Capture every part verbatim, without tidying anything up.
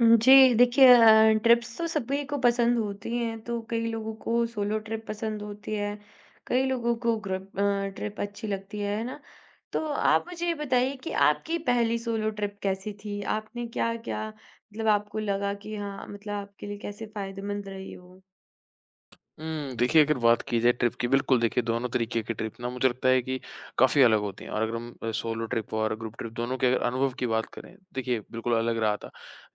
जी, देखिए अ, ट्रिप्स तो सभी को पसंद होती हैं, तो कई लोगों को सोलो ट्रिप पसंद होती है, कई लोगों को ग्रुप अ, ट्रिप अच्छी लगती है, है ना? तो आप मुझे ये बताइए कि आपकी पहली सोलो ट्रिप कैसी थी? आपने क्या-क्या मतलब आपको लगा कि हाँ, मतलब आपके लिए कैसे फ़ायदेमंद रही वो? हुँ, देखिए, अगर बात की जाए ट्रिप की, बिल्कुल देखिए दोनों तरीके की ट्रिप ना मुझे लगता है कि काफ़ी अलग होती हैं। और अगर हम अ, सोलो ट्रिप और ग्रुप ट्रिप दोनों के अगर अनुभव की बात करें, देखिए बिल्कुल अलग रहा था।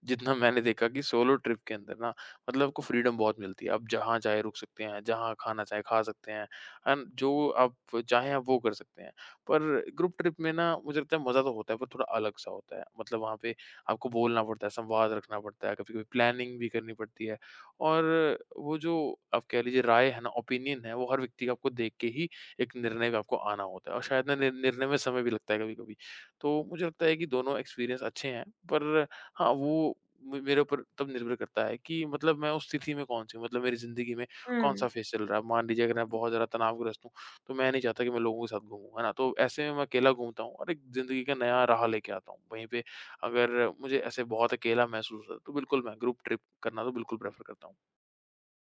जितना मैंने देखा कि सोलो ट्रिप के अंदर ना, मतलब आपको फ्रीडम बहुत मिलती है, आप जहाँ चाहे रुक सकते हैं, जहाँ खाना चाहे खा सकते हैं, है ना? जो आप चाहें आप वो कर सकते हैं। पर ग्रुप ट्रिप में ना मुझे लगता है मज़ा तो होता है पर थोड़ा अलग-सा होता है। मतलब वहाँ पे आपको बोलना पड़ता है, संवाद रखना पड़ता है, कभी-कभी प्लानिंग भी करनी पड़ती है। और वो जो आप कह लीजिए राय है ना, ओपिनियन है, वो हर व्यक्ति का आपको देख के ही एक निर्णय पे आपको आना होता है। और शायद ना निर निर्णय में समय भी लगता है कभी-कभी। तो मुझे लगता है कि दोनों एक्सपीरियंस अच्छे हैं, पर हाँ, वो म मेरे ऊपर तब निर्भर करता है कि मतलब मैं उस स्थिति में कौन-सी हूँ, मतलब मेरी ज़िंदगी में कौन-सा हुँ। फ़ेज़ चल रहा है। मान लीजिए अगर मैं बहुत ज़्यादा तनावग्रस्त हूँ, तो मैं नहीं चाहता कि मैं लोगों के साथ घूमूँ, है ना? तो ऐसे में मैं अकेला घूमता हूँ और एक ज़िंदगी का नया राह लेके आता हूँ। वहीं पे अगर मुझे ऐसे बहुत अकेला महसूस होता है, तो बिल्कुल मैं ग्रुप ट्रिप करना तो बिल्कुल प्रेफ़र करता हूँ।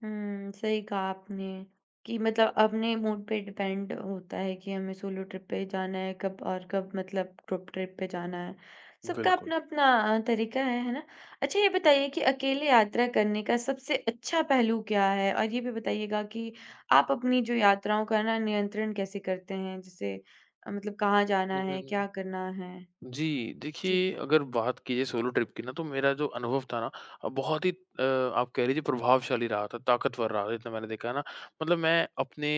हुँ, सही कहा आपने कि मतलब अपने मूड पे डिपेंड होता है कि हमें सोलो ट्रिप पे जाना है कब और कब मतलब ग्रुप ट्रिप पे जाना है। सबका बिल्कुल। अपना-अपना अ, तरीका है, है ना? अच्छा ये बताइए कि अकेले यात्रा करने का सबसे अच्छा पहलू क्या है? और ये भी बताइएगा कि आप अपनी जो यात्राओं का ना नियंत्रण कैसे करते हैं? जैसे अ, मतलब कहाँ जाना हुँ, हुँ, है, हुँ। क्या करना है? जी, जी, देखिए अगर बात की जाए सोलो ट्रिप की ना, तो मेरा जो अनुभव था ना, अ, बहुत ही अ, आप कह लीजिए प्रभावशाली रहा था, ताकतवर रहा था जितना मैंने देखा है ना। मतलब मैं अपने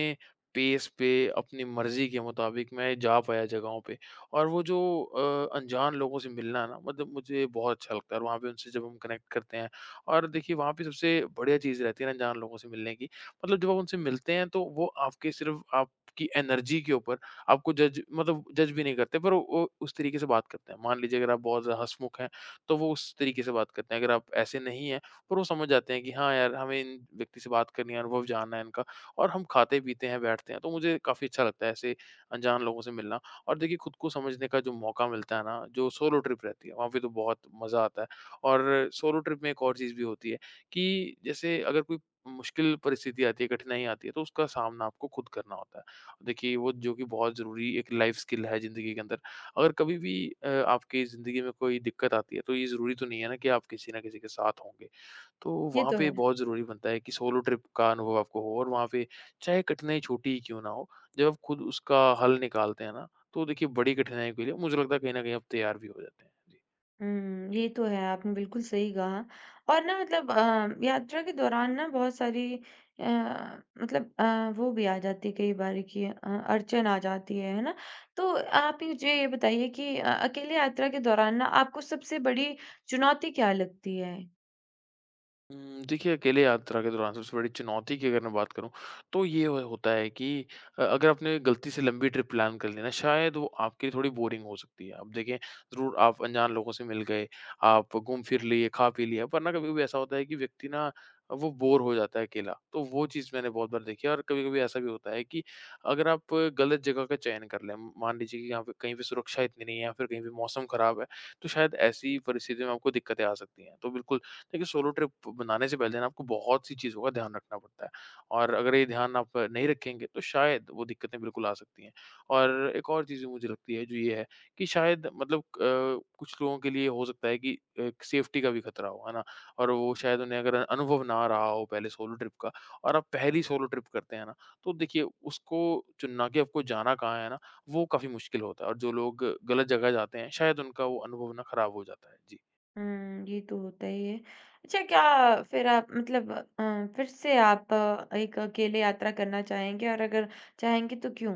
पेस पे, अपनी मर्ज़ी के मुताबिक मैं जा पाया जगहों पे। और वो जो अ, अनजान लोगों से मिलना ना, मतलब मुझे बहुत अच्छा लगता है और वहाँ पे उनसे जब हम कनेक्ट करते हैं। और देखिए वहाँ पे सबसे बढ़िया चीज़ रहती है ना, अनजान लोगों से मिलने की। मतलब जब आप उनसे मिलते हैं तो वो आपके सिर्फ़ आपकी एनर्जी के ऊपर आपको जज, मतलब जज भी नहीं करते, पर वो उस तरीके से बात करते हैं। मान लीजिए अगर आप बहुत ज़्यादा हँसमुख हैं, तो वो उस तरीके से बात करते हैं। अगर आप ऐसे नहीं हैं, पर वो समझ जाते हैं कि हाँ यार, हमें इन व्यक्ति से बात करनी है, अनुभव जानना है इनका। और हम खाते-पीते हैं, बैठते हैं। तो मुझे काफ़ी अच्छा लगता है ऐसे अनजान लोगों से मिलना। और देखिए खुद को समझने का जो मौका मिलता है ना, जो सोलो ट्रिप रहती है, वहाँ पे तो बहुत मज़ा आता है। और सोलो ट्रिप में एक और चीज़ भी होती है कि जैसे अगर कोई मुश्किल परिस्थिति आती है, कठिनाई आती है, तो उसका सामना आपको खुद करना होता है। देखिए वो जो कि बहुत ज़रूरी एक लाइफ स्किल है ज़िंदगी के अंदर। अगर कभी भी अ, आपकी ज़िंदगी में कोई दिक्कत आती है, तो ये ज़रूरी तो नहीं है ना कि आप किसी न किसी के साथ होंगे। तो ये वहाँ तो पे है। बहुत ज़रूरी बनता है कि सोलो ट्रिप का अनुभव आपको हो। और वहाँ पे चाहे कठिनाई छोटी ही क्यों ना हो, जब आप खुद उसका हल निकालते हैं ना, तो देखिए बड़ी कठिनाई के लिए मुझे लगता है कहीं न कहीं आप तैयार भी हो जाते हैं। जी। हुँ, ये तो है, आपने बिल्कुल सही कहा और ना मतलब अ, यात्रा के दौरान ना बहुत सारी अ, मतलब अ, वो भी आ जाती है कई बार कि अ, अड़चन आ जाती है, है ना? तो आप ही मुझे ये बताइए कि अ, अकेले यात्रा के दौरान ना आपको सबसे बड़ी चुनौती क्या लगती है? उम, देखिए, अकेले यात्रा के दौरान सबसे बड़ी चुनौती की अगर मैं बात करूँ, तो ये हो होता है कि अ, अगर आपने गलती से लंबी ट्रिप प्लान कर ली ना, शायद वो आपके लिए थोड़ी बोरिंग हो सकती है। अब देखें, ज़रूर आप अनजान लोगों से मिल गए, आप घूम फिर लिए, खा पी लिया, पर ना कभी-कभी ऐसा होता है कि व्यक्ति ना वो बोर हो जाता है अकेला। तो वो चीज़ मैंने बहुत बार देखी है। और कभी-कभी ऐसा भी होता है कि अगर आप गलत जगह का चयन कर लें, मान लीजिए कि यहाँ पे कहीं पे सुरक्षा इतनी नहीं है या फिर कहीं पे मौसम खराब है, तो शायद ऐसी परिस्थिति में आपको दिक्कतें आ सकती हैं। तो बिल्कुल देखिए सोलो ट्रिप बनाने से पहले ना आपको बहुत सी चीज़ों का ध्यान रखना पड़ता है, और अगर ये ध्यान आप नहीं रखेंगे तो शायद वो दिक्कतें बिल्कुल आ सकती हैं। और एक और चीज़ जो मुझे लगती है जो ये है कि शायद मतलब अ, कुछ लोगों के लिए हो सकता है कि सेफ्टी का भी खतरा हो, है ना? और वो शायद उन्हें अगर अनुभव ना रहा हो पहले सोलो ट्रिप का, और आप पहली सोलो ट्रिप करते हैं ना, तो देखिए उसको चुनना कि आपको जाना कहाँ है ना, वो काफ़ी मुश्किल होता है। और जो लोग गलत जगह जाते हैं शायद उनका वो अनुभव ना खराब हो जाता है। जी। हुँ, ये तो होता ही है। अच्छा क्या फिर आप मतलब अ, फिर से आप अ, एक अकेले यात्रा करना चाहेंगे और अगर चाहेंगे तो क्यों?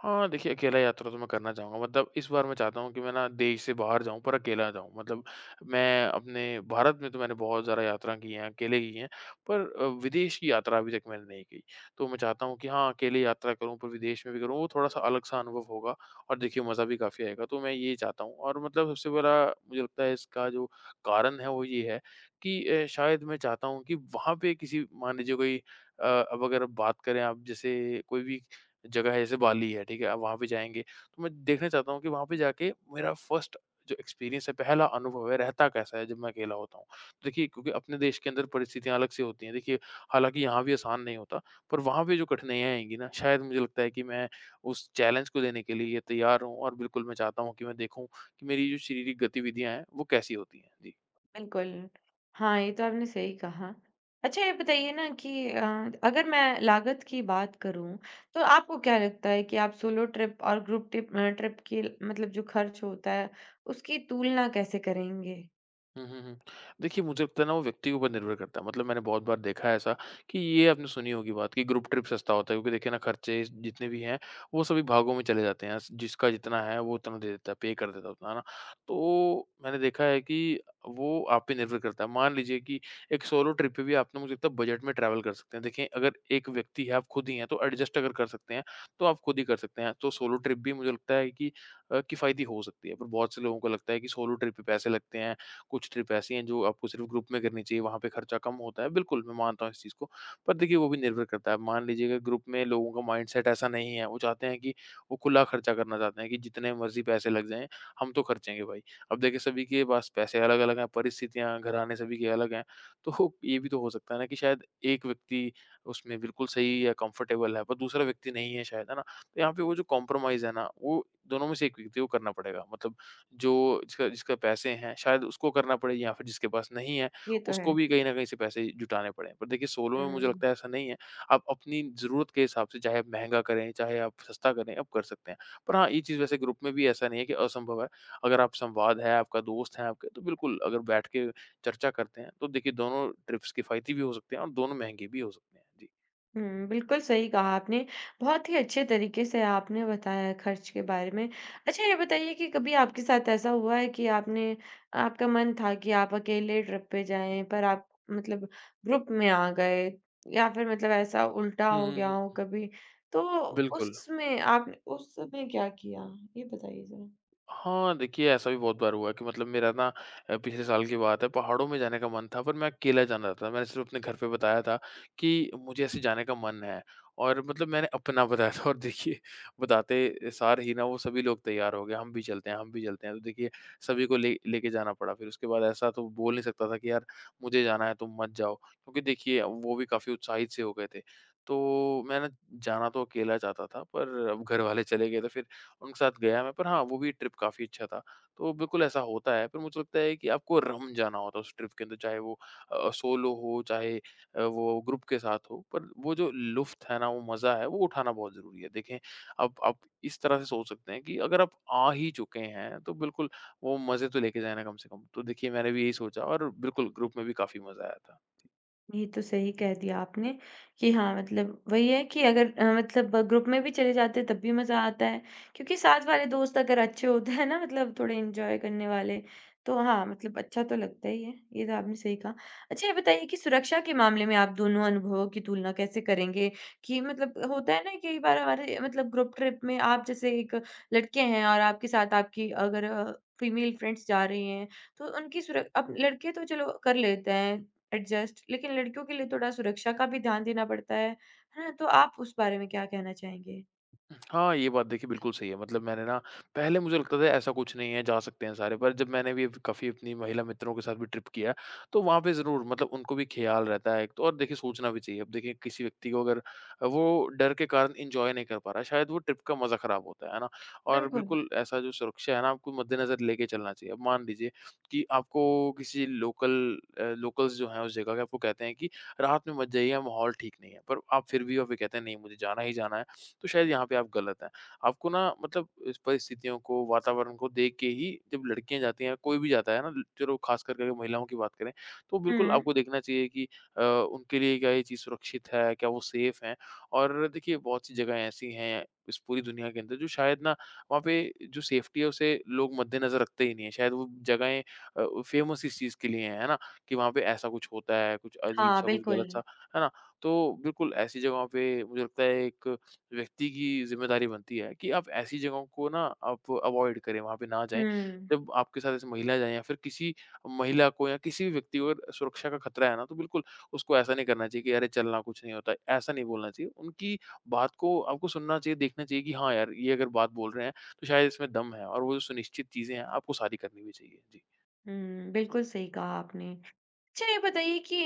हाँ, देखिए अकेला यात्रा तो मैं करना चाहूँगा, मतलब इस बार मैं चाहता हूँ कि मैं ना देश से बाहर जाऊँ पर अकेला जाऊँ। मतलब मैं अपने भारत में तो मैंने बहुत ज़्यादा यात्रा की हैं, अकेले की हैं, पर अ, विदेश की यात्रा अभी तक मैंने नहीं की। तो मैं चाहता हूँ कि हाँ, अकेले यात्रा करूँ पर विदेश में भी करूँ, वो थोड़ा-सा अलग-सा अनुभव होगा और देखिए मज़ा भी काफ़ी आएगा। तो मैं ये चाहता हूँ। और मतलब सबसे बड़ा मुझे लगता है इसका जो कारण है वो ये है कि अ, शायद मैं चाहता हूँ कि वहाँ पे किसी, मान लीजिए कोई अ, अब अगर बात करें आप जैसे कोई भी जगह है, जैसे बाली है, ठीक है? अब वहाँ पे जाएँगे, तो मैं देखना चाहता हूँ कि वहाँ पे जाके मेरा फर्स्ट जो एक्सपीरियंस है, पहला अनुभव है, रहता कैसा है जब मैं अकेला होता हूँ। तो देखिए, क्योंकि अपने देश के अंदर परिस्थितियाँ अलग से होती हैं। देखिए, हालाँकि यहाँ भी आसान नहीं होता, पर वहाँ पे जो कठिनाइयाँ आएँगी ना, शायद मुझे लगता है कि मैं उस चैलेंज को देने के लिए तैयार हूँ। और बिल्कुल मैं चाहता हूँ कि मैं देखूँ कि मेरी जो शारीरिक गतिविधियाँ हैं, वो कैसी होती हैं। जी। बिल्कुल। हाँ, ये तो आपने सही कहा। अच्छा ये बताइए ना कि अ, अगर मैं लागत की बात करूँ, तो आपको क्या लगता है कि आप सोलो ट्रिप और ग्रुप टिप अ, ट्रिप की मतलब जो खर्च होता है, उसकी तुलना कैसे करेंगे? हुँ, हुँ, हुँ। देखिए, मुझे लगता है ना वो व्यक्ति के ऊपर निर्भर करता है। मतलब मैंने बहुत बार देखा है ऐसा कि ये आपने सुनी होगी बात कि ग्रुप ट्रिप सस्ता होता है क्योंकि देखिए ना खर्चे जितने भी हैं वो सभी भागों में चले जाते हैं। जिसका जितना है वो उतना दे देता है, पे कर देता है उतना, है ना? तो मैंने देखा है कि वो आप पे निर्भर करता है। मान लीजिए कि एक सोलो ट्रिप पे भी आप ना मुझे लगता है बजट में ट्रैवल कर सकते हैं। देखिए, अगर एक व्यक्ति है, आप खुद ही हैं तो एडजस्ट अगर कर सकते हैं तो आप खुद ही कर सकते हैं। तो सोलो ट्रिप भी मुझे लगता है कि अ, किफ़ायती हो सकती है। पर बहुत से लोगों को लगता है कि सोलो ट्रिप पे पैसे लगते हैं। कुछ ट्रिप ऐसी हैं जो आपको सिर्फ ग्रुप में करनी चाहिए, वहाँ पे खर्चा कम होता है। बिल्कुल, मैं मानता हूँ इस चीज़ को। पर देखिए वो भी निर्भर करता है। मान लीजिए अगर ग्रुप में लोगों का माइंडसेट ऐसा नहीं है, वो चाहते हैं कि वो खुला खर्चा करना चाहते हैं कि जितने मर्ज़ी पैसे लग जाएँ, हम तो खर्चेंगे भाई। अब देखिए सभी के पास पैसे अलग-अलग हैं, परिस्थितियाँ, घराने सभी के अलग हैं। तो ये भी तो हो सकता है ना कि शायद एक व्यक्ति उसमें बिल्कुल सही या कंफर्टेबल है, पर दूसरा व्यक्ति नहीं है शायद, है ना? तो यहाँ पे वो जो कॉम्प्रोमाइज़ है ना, वो दोनों में से एक व्यक्ति को करना पड़ेगा। मतलब जो जिसका जिसका पैसे हैं, शायद उसको करना पड़े या फिर जिसके पास नहीं है, ये तो उसको है। भी कहीं न कहीं से पैसे जुटाने पड़े। पर देखिए सोलो में मुझे हुँ। लगता है ऐसा नहीं है। आप अपनी ज़रूरत के हिसाब से चाहे आप महँगा करें, चाहे आप सस्ता करें, आप कर सकते हैं। पर हाँ, ये चीज़ वैसे ग्रुप में भी ऐसा नहीं है कि असंभव है। अगर आप संवाद है, आपका दोस्त है आपके, तो बिल्कुल अगर बैठ के चर्चा करते हैं, तो देखिए दोनों ट्रिप्स किफ़ायती भी हो सकते हैं और दोनों महँगे भी हो सकते हैं। जी। हुँ, बिल्कुल सही कहा आपने। बहुत ही अच्छे तरीके से आपने बताया है खर्च के बारे में। अच्छा ये बताइए कि कभी आपके साथ ऐसा हुआ है कि आपने आपका मन था कि आप अकेले ट्रिप पे जाएँ पर आप मतलब ग्रुप में आ गए या फिर मतलब ऐसा उल्टा हुँ, हो हुँ, गया हो हुँ। कभी? तो बिल्कुल। उसमें आप उसमें क्या किया? ये बताइए ज़रा। हाँ, देखिए ऐसा भी बहुत बार हुआ है कि मतलब मेरा ना अ, पिछले साल की बात है पहाड़ों में जाने का मन था पर मैं अकेला जाना चाहता था। मैंने सिर्फ़ अपने घर पे बताया था कि मुझे ऐसे जाने का मन है और मतलब मैंने अपना बताया था और देखिए बताते सार ही ना वो सभी लोग तैयार हो गए, हम भी चलते हैं, हम भी चलते हैं। तो देखिए सभी को ले लेके जाना पड़ा। फिर उसके बाद ऐसा तो बोल नहीं सकता था कि यार मुझे जाना है तुम मत जाओ, क्योंकि देखिए वो भी काफ़ी उत्साहित से हो गए थे। तो मैं ना जाना तो अकेला चाहता था पर अब घर वाले चले गए थे फिर उनके साथ गया मैं, पर हाँ, वो भी ट्रिप काफ़ी अच्छा था। तो बिल्कुल ऐसा होता है, पर मुझे लगता है कि आपको रम जाना होता है उस ट्रिप के अंदर, चाहे वो अ, सोलो हो, चाहे अ, वो ग्रुप के साथ हो, पर वो जो लुफ्त है ना, वो मज़ा है, वो उठाना बहुत ज़रूरी है। देखें, अब आप इस तरह से सोच सकते हैं कि अगर आप आ ही चुके हैं, तो बिल्कुल वो मज़े तो लेके जाएँ ना कम से कम। तो देखिए, मैंने भी यही सोचा और बिल्कुल ग्रुप में भी काफ़ी मज़ा आया था। ये तो सही कह दिया आपने कि हाँ, मतलब वही है कि अगर अ, मतलब ग्रुप में भी चले जाते हैं तब भी मज़ा आता है, क्योंकि साथ वाले दोस्त अगर अच्छे होते हैं ना मतलब थोड़े एन्जॉय करने वाले, तो हाँ, मतलब अच्छा तो लगता ही है, ये तो आपने सही कहा। अच्छा ये बताइए कि सुरक्षा के मामले में आप दोनों अनुभवों की तुलना कैसे करेंगे? कि मतलब होता है ना कई बार हमारे मतलब ग्रुप ट्रिप में आप जैसे एक लड़के हैं और आपके साथ आपकी अगर अ, फीमेल फ्रेंड्स जा रही हैं, तो उनकी सुर अब लड़के तो चलो कर लेते हैं एडजस्ट लेकिन लड़कियों के लिए थोड़ा सुरक्षा का भी ध्यान देना पड़ता है, है ना? तो आप उस बारे में क्या कहना चाहेंगे? हाँ, ये बात देखिए बिल्कुल सही है। मतलब मैंने ना पहले मुझे लगता था ऐसा कुछ नहीं है, जा सकते हैं सारे, पर जब मैंने भी काफ़ी अपनी महिला मित्रों के साथ भी ट्रिप किया, तो वहाँ पे ज़रूर मतलब उनको भी ख़्याल रहता है एक तो और देखिए सोचना भी चाहिए। अब देखिए किसी व्यक्ति को अगर वो डर के कारण एन्जॉय नहीं कर पा रहा, शायद वो ट्रिप का मज़ा ख़राब होता है, है ना? और बिल्कुल। बिल्कुल ऐसा जो सुरक्षा है ना, आपको मद्देनज़र लेके चलना चाहिए। अब मान लीजिए कि आपको किसी लोकल अ, लोकल्स जो हैं उस जगह के आपको कहते हैं कि रात में मत जाइए, माहौल ठीक नहीं है, पर आप फिर भी वहाँ पे कहते हैं नहीं मुझे जाना ही जाना है। तो शायद यहाँ पे आप गलत हैं। आपको ना मतलब इस परिस्थितियों को, वातावरण को देख के ही जब लड़कियाँ जाती हैं, कोई भी जाता है ना ल चलो ख़ास कर के महिलाओं की बात करें, तो हुँ। बिल्कुल आपको देखना चाहिए कि अ, उनके लिए क्या ये चीज़ सुरक्षित है, क्या वो सेफ़ हैं? और देखिए बहुत सी जगहें ऐसी हैं इस पूरी दुनिया के अंदर जो शायद ना वहाँ पे जो सेफ़्टी है उसे लोग मद्देनज़र रखते ही नहीं हैं। शायद वो जगहें अ, फ़ेमस इस चीज़ के लिए हैं, है ना? कि वहाँ पे ऐसा कुछ होता है, कुछ हाँ, अजीब-सा, कुछ बिल्कुल। गलत-सा, है ना? तो बिल्कुल ऐसी जगहों पे मुझे लगता है एक व्यक्ति की ज़िम्मेदारी बनती है कि आप ऐसी जगहों को ना आप अवॉइड करें, वहाँ पे ना जाएँ। हुँ, जब आपके साथ ऐसी महिला जाएँ या फिर किसी महिला को या किसी भी व्यक्ति को अगर सुरक्षा का खतरा है ना, तो बिल्कुल उसको ऐसा नहीं करना चाहिए कि अरे चलना कुछ नहीं होता, ऐसा नहीं बोलना चाहिए। उनकी बात को आपको सुनना चाहिए, देखना चाहिए कि हाँ यार, ये अगर बात बोल रहे हैं, तो शायद इसमें दम है और वो जो सुनिश्चित चीज़ें हैं, आपको सारी करनी भी चाहिए। जी। हुँ, बिल्कुल सही कहा आपने। अच्छा ये बताइए कि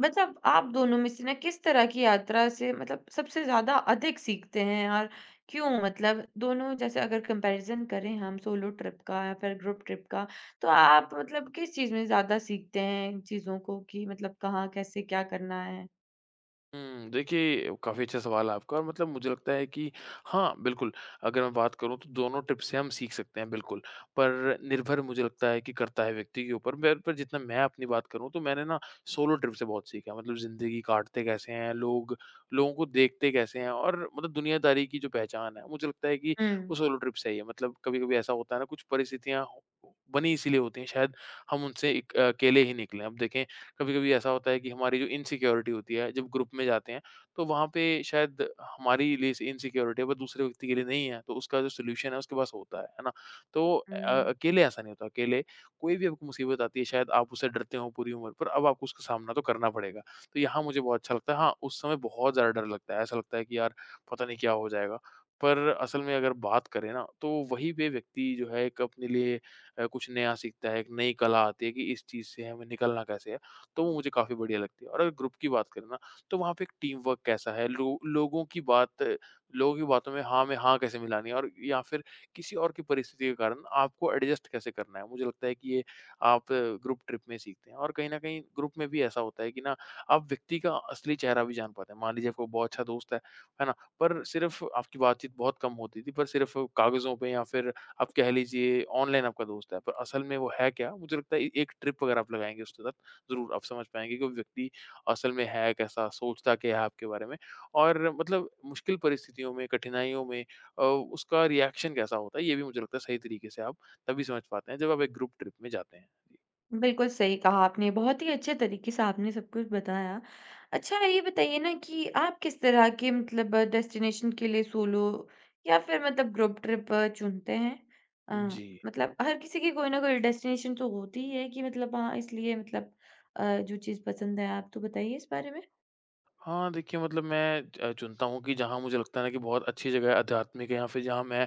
मतलब आप दोनों में से ना किस तरह की यात्रा से मतलब सबसे ज़्यादा अधिक सीखते हैं और क्यों? मतलब दोनों जैसे अगर कंपैरिज़न करें हम सोलो ट्रिप का या फिर ग्रुप ट्रिप का, तो आप मतलब किस चीज़ में ज़्यादा सीखते हैं इन चीज़ों को कि मतलब कहाँ, कैसे, क्या करना है? हुँ, देखिए काफ़ी अच्छा सवाल है आपका और मतलब मुझे लगता है कि हाँ, बिल्कुल अगर मैं बात करूँ तो दोनों टिप से हम सीख सकते हैं बिल्कुल। पर निर्भर मुझे लगता है कि करता है व्यक्ति के ऊपर। मेरे पर जितना मैं अपनी बात करूँ तो मैंने ना सोलो ट्रिप से बहुत सीखा मतलब ज़िंदगी काटते कैसे हैं लोग, लोगों को देखते कैसे हैं और मतलब दुनियादारी की जो पहचान है मुझे लगता है कि हुँ, वो सोलो ट्रिप से ही है। मतलब कभी-कभी ऐसा होता है ना कुछ परिस्थितियाँ बनी इसीलिए होती हैं शायद हम उनसे एक अकेले ही निकले। अब देखें कभी-कभी ऐसा होता है कि हमारी जो इनसिक्योरिटी होती है, जब ग्रुप में जाते हैं, तो वहाँ पे शायद हमारी लिए से इनसिक्योरिटी है, वो दूसरे व्यक्ति के लिए नहीं है, तो उसका जो सॉल्यूशन है उसके पास होता है, है ना? तो अ, हुँ। अकेले ऐसा नहीं होता, अकेले कोई भी आपको मुसीबत आती है, शायद आप उससे डरते हो पूरी उम्र, पर अब आपको उसका सामना तो करना पड़ेगा। तो यहाँ मुझे बहुत अच्छा लगता है, हाँ, उस समय बहुत ज़्यादा डर लगता है, ऐसा लगता है कि यार पता नहीं क्या हो जाएगा, पर असल में अगर बात करें ना, तो वहीं पे व्यक्ति जो है एक अपने लिए अ, कुछ नया सीखता है, एक नई कला आती है कि इस चीज़ से हमें निकलना कैसे है। तो वो मुझे काफ़ी बढ़िया लगती है और अगर ग्रुप की बात करें ना, तो वहाँ पे एक टीम वर्क कैसा है, लो लोगों की बात लोगों की बातों में हाँ में हाँ कैसे मिलानी है और या फिर किसी और की परिस्थिति के कारण आपको एडजस्ट कैसे करना है। मुझे लगता है कि ये आप ग्रुप ट्रिप में सीखते हैं और कहीं न कहीं ग्रुप में भी ऐसा होता है कि ना आप व्यक्ति का असली चेहरा भी जान पाते हैं। मान लीजिए आपका बहुत अच्छा दोस्त है, है ना? पर सिर्फ़ आपकी बातचीत बहुत कम होती थी, पर सिर्फ़ कागज़ों पे या फिर आप कह लीजिए ऑनलाइन आपका दोस्त है, पर असल में वो है क्या? मुझे लगता है ए एक ट्रिप अगर आप लगाएँगे उसके साथ ज़रूर आप समझ पाएँगे कि वो व्यक्ति असल में है कैसा, सोचता क्या है आपके बारे में और मतलब मुश्किल परिस्थितियों में, कठिनाइयों में अ, उसका रिएक्शन कैसा होता है, ये भी मुझे लगता है सही तरीके से आप तभी समझ पाते हैं जब आप एक ग्रुप ट्रिप में जाते हैं। बिल्कुल सही कहा आपने, बहुत ही अच्छे तरीके से आपने सब कुछ बताया। अच्छा ये बताइए ना कि आप किस तरह के मतलब डेस्टिनेशन के लिए सोलो या फिर मतलब ग्रुप ट्रिप चुनते हैं? अ, जी। मतलब हर किसी की कोई ना कोई डेस्टिनेशन तो होती ही है कि मतलब हाँ, इसलिए मतलब अ, जो चीज़ पसंद है आप तो बताइए इस बारे में, हाँ, देखिए मतलब मैं अ, चुनता हूँ कि जहाँ मुझे लगता है ना कि बहुत अच्छी जगह है आध्यात्मिक है या फिर जहाँ मैं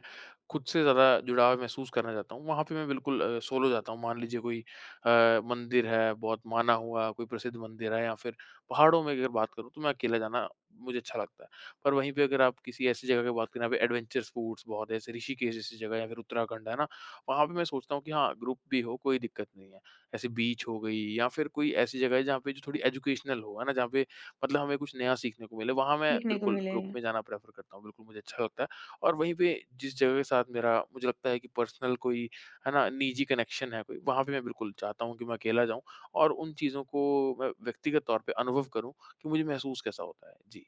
खुद से ज़्यादा जुड़ाव महसूस करना चाहता हूँ, वहाँ पे मैं बिल्कुल अ, सोलो जाता हूँ। मान लीजिए कोई अ, मंदिर है बहुत माना हुआ, कोई प्रसिद्ध मंदिर है या फिर पहाड़ों में अगर बात करूँ तो मैं अकेला जाना मुझे अच्छा लगता है। पर वहीं पे अगर आप किसी ऐसी जगह की बात करें, यहाँ पे एडवेंचर स्पोर्ट्स बहुत है, जैसे ऋषिकेश जैसी जगह या फिर उत्तराखंड है ना, वहाँ पे मैं सोचता हूँ कि हाँ, ग्रुप भी हो कोई दिक्कत नहीं है। ऐसे बीच हो गई या फिर कोई ऐसी जगह है जहाँ पे जो थोड़ी एजुकेशनल हो, है ना? जहाँ पे मतलब हमें कुछ नया सीखने को मिले, वहाँ मैं देखने को बिल्कुल मिले। ग्रुप में जाना प्रेफ़र करता हूँ, बिल्कुल मुझे अच्छा लगता है और वहीं पे जिस जगह के साथ मेरा मुझे लगता है कि पर्सनल कोई, है ना, निजी कनेक्शन है कोई, वहाँ पे मैं बिल्कुल चाहता हूँ कि मैं अकेला जाऊँ और उन चीज़ों को मैं व्यक्तिगत तौर पे अनुभव करूँ कि मुझे महसूस कैसा होता है। जी।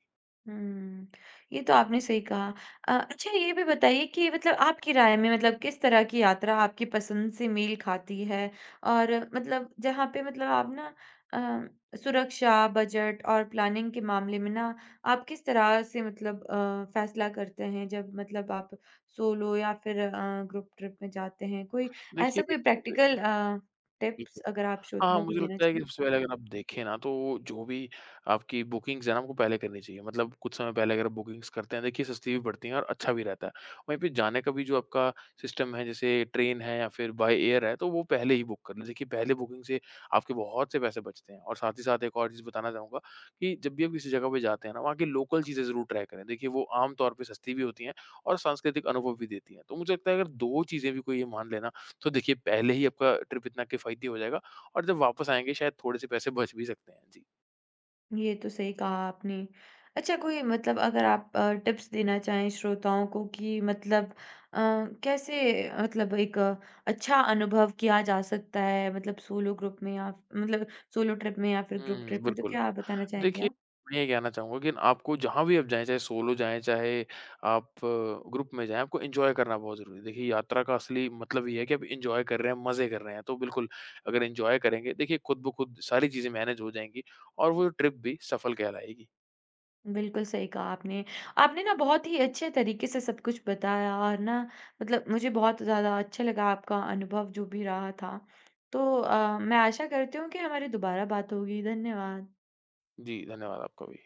हुँ। ये तो आपने सही कहा। अ, अच्छा ये भी बताइए कि मतलब आपकी राय में मतलब किस तरह की यात्रा आपकी पसंद से मेल खाती है? और मतलब जहाँ पे मतलब आप ना अ, सुरक्षा, बजट और प्लानिंग के मामले में ना आप किस तरह से मतलब अ, फैसला करते हैं जब मतलब आप सोलो या फिर अ, ग्रुप ट्रिप में जाते हैं? कोई ऐसा देखिए कोई प्रैक्टिकल अ, टिप्स बिल्कुल। अगर आप हाँ, श्रोताओं को मुझे देना लगता है कि चाहें? सबसे पहले अगर आप देखें ना, तो जो भी आपकी बुकिंग्स हैं ना, आपको पहले करनी चाहिए। मतलब कुछ समय पहले अगर आप बुकिंग्स करते हैं, देखिए सस्ती भी पड़ती हैं और अच्छा भी रहता है। वहीं पे जाने का भी जो आपका सिस्टम है, जैसे ट्रेन है या फिर बाय एयर है, तो वो पहले ही बुक कर लें। देखिए पहले बुकिंग से आपके बहुत से पैसे बचते हैं और साथ ही साथ एक और चीज़ बताना चाहूँगा कि जब भी आप किसी जगह पे जाते हैं ना, वहाँ की लोकल चीज़ें ज़रूर ट्राई करें। देखिए वो आम तौर पे सस्ती भी होती हैं और सांस्कृतिक अनुभव भी देती हैं। तो मुझे लगता है अगर दो चीज़ें भी कोई ये मान ले ना, तो देखिए पहले ही आपका ट्रिप इतना किफ़ायती हो जाएगा और जब वापस आएँगे शायद थोड़े-से पैसे बच भी सकते हैं। जी। ये तो सही कहा आपने। अच्छा कोई मतलब अगर आप अ, टिप्स देना चाहें श्रोताओं को कि मतलब अ, कैसे मतलब एक अ, अच्छा अनुभव किया जा सकता है मतलब सोलो ग्रुप में या मतलब सोलो ट्रिप में या फिर ग्रुप हुँ, ट्रिप में, तो बिल्कुल। क्या आप बताना चाहेंगे देखिए, आप? मैं ये कहना चाहूँगा कि आपको जहाँ भी आप जाएँ, चाहे सोलो जाएँ, चाहे आप ग्रुप में जाएँ, आपको एन्जॉय करना बहुत ज़रूरी है। देखिए, यात्रा का असली मतलब ये है कि आप एन्जॉय कर रहे हैं, मज़े कर रहे हैं। तो बिल्कुल, अगर एन्जॉय करेंगे, देखिए खुद ब खुद सारी चीज़ें मैनेज हो जाएँगी और वो ट्रिप भी सफल कहलाएगी। बिल्कुल सही कहा आपने। आपने ना बहुत ही अच्छे तरीके से सब कुछ बताया और ना मतलब मुझे बहुत ज़्यादा अच्छा लगा आपका अनुभव जो भी रहा था। तो अ, मैं आशा करती हूँ कि हमारी दोबारा बात होगी। धन्यवाद। जी, धन्यवाद आपका भी।